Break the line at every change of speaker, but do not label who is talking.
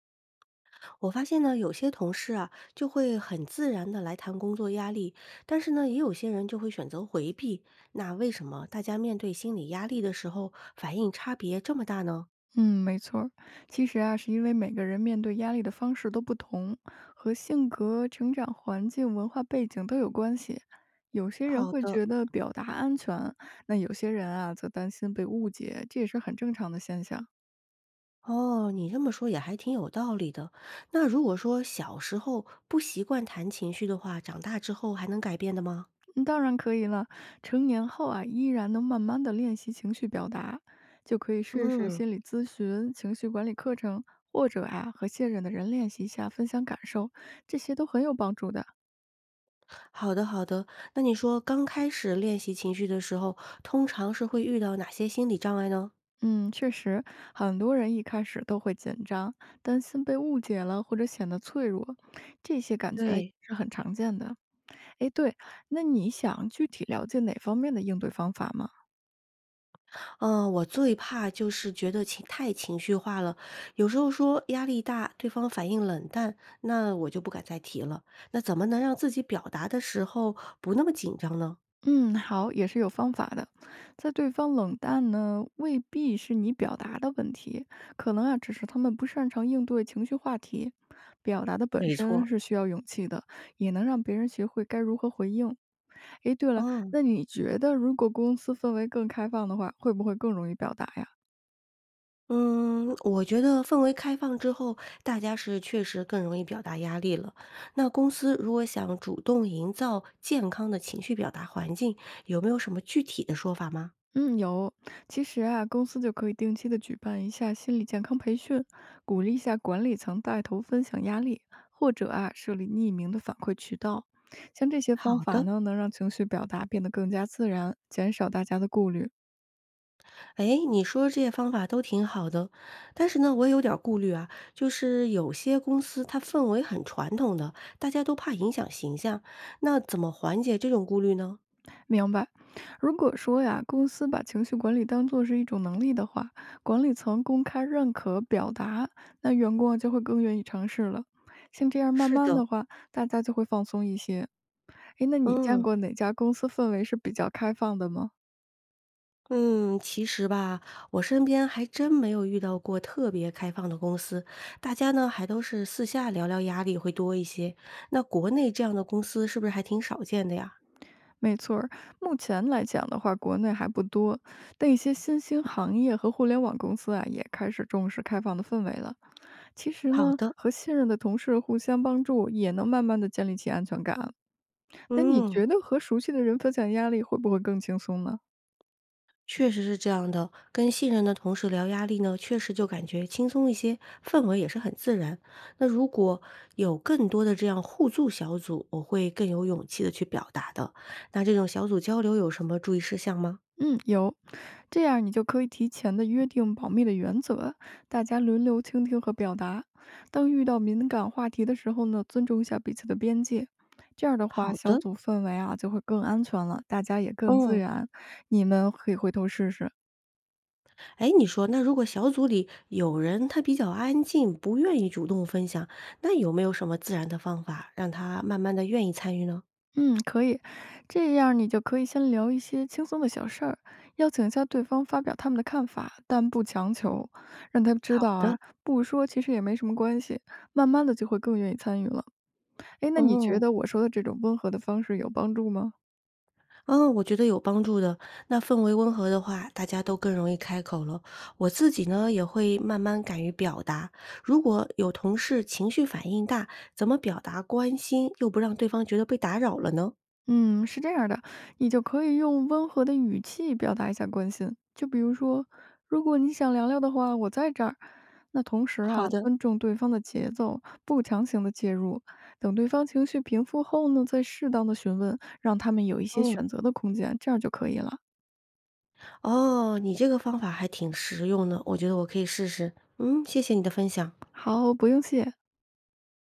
我发现呢，有些同事啊，就会很自然的来谈工作压力，但是呢，也有些人就会选择回避。那为什么大家面对心理压力的时候，反应差别这么大呢？
嗯，没错儿。其实啊，是因为每个人面对压力的方式都不同，和性格、成长环境、文化背景都有关系。有些人
好
会
的，
觉得表达安全，那有些人啊则担心被误解，这也是很正常的现象。
哦，你这么说也还挺有道理的。那如果说小时候不习惯谈情绪的话，长大之后还能改变的吗？
嗯，当然可以了，成年后啊依然能慢慢的练习情绪表达，就可以试试
嗯，
心理咨询、情绪管理课程，或者啊和信任的人练习一下分享感受，这些都很有帮助的。
好的好的。那你说刚开始练习情绪的时候，通常是会遇到哪些心理障碍呢？
嗯，确实，很多人一开始都会紧张，担心被误解了或者显得脆弱，这些感觉也
对，
是很常见的。诶，对，那你想具体了解哪方面的应对方法吗？
嗯，我最怕就是觉得情绪化了，有时候说压力大，对方反应冷淡，那我就不敢再提了。那怎么能让自己表达的时候不那么紧张呢？
嗯，好，也是有方法的。在对方冷淡呢，未必是你表达的问题，可能啊，只是他们不擅长应对情绪话题。表达的本
没
身
错，
是需要勇气的，也能让别人学会该如何回应。诶，对了，
嗯，
那你觉得如果公司氛围更开放的话，会不会更容易表达呀？
嗯，我觉得氛围开放之后，大家是确实更容易表达压力了。那公司如果想主动营造健康的情绪表达环境，有没有什么具体的说法吗？
嗯，有。其实啊，公司就可以定期的举办一下心理健康培训，鼓励一下管理层带头分享压力，或者啊，设立匿名的反馈渠道。像这些方
好
法
的。
呢，能让情绪表达变得更加自然，减少大家的顾虑。
哎，你说这些方法都挺好的，但是呢，我也有点儿顾虑啊。就是有些公司它氛围很传统的，大家都怕影响形象，那怎么缓解这种顾虑呢？
明白。如果说呀，公司把情绪管理当做是一种能力的话，管理层公开认可表达，那员工啊就会更愿意尝试了。像这样慢
是
慢
的，
的话，大家就会放松一些。诶，那你见
嗯
过哪家公司氛围是比较开放的吗？
嗯，其实吧，我身边还真没有遇到过特别开放的公司，大家呢还都是私下聊聊压力会多一些。那国内这样的公司是不是还挺少见的呀？
没错儿，目前来讲的话，国内还不多，但一些新兴行业和互联网公司啊，也开始重视开放的氛围了。其实
好
呢，
的，
和信任的同事互相帮助，也能慢慢的建立起安全感啊。那你
嗯。
觉得和熟悉的人分享压力会不会更轻松呢？
确实是这样的，跟信任的同事聊压力呢，确实就感觉轻松一些，氛围也是很自然。那如果有更多的这样互助小组，我会更有勇气的去表达的。那这种小组交流有什么注意事项吗？
嗯，有，这样你就可以提前的约定保密的原则，大家轮流倾听和表达。当遇到敏感话题的时候呢，尊重一下彼此的边界。这样的话，
好
小
的，
组氛围啊就会更安全了，大家也更自
嗯，
然。你们可以回头试试。
哎，你说，那如果小组里有人他比较安静，不愿意主动分享，那有没有什么自然的方法让他慢慢的愿意参与呢？
嗯，可以。这样你就可以先聊一些轻松的小事儿，邀请一下对方发表他们的看法，但不强求，让他知
好
道
的，
啊，不说其实也没什么关系，慢慢的就会更愿意参与了。哎，那你觉
嗯。
得我说的这种温和的方式有帮助吗？
嗯，我觉得有帮助的。那氛围温和的话，大家都更容易开口了。我自己呢，也会慢慢敢于表达。如果有同事情绪反应大，怎么表达关心又不让对方觉得被打扰了呢？
嗯，是这样的，你就可以用温和的语气表达一下关心，就比如说，如果你想聊聊的话，我在这儿。那同时
好
啊，
的，
尊重对方的节奏，不强行的介入，等对方情绪平复后呢，再适当的询问，让他们有一些
嗯，
选择的空间，这样就可以了。
哦，你这个方法还挺实用的，我觉得我可以试试。嗯，谢谢你的分享。
好，不用谢。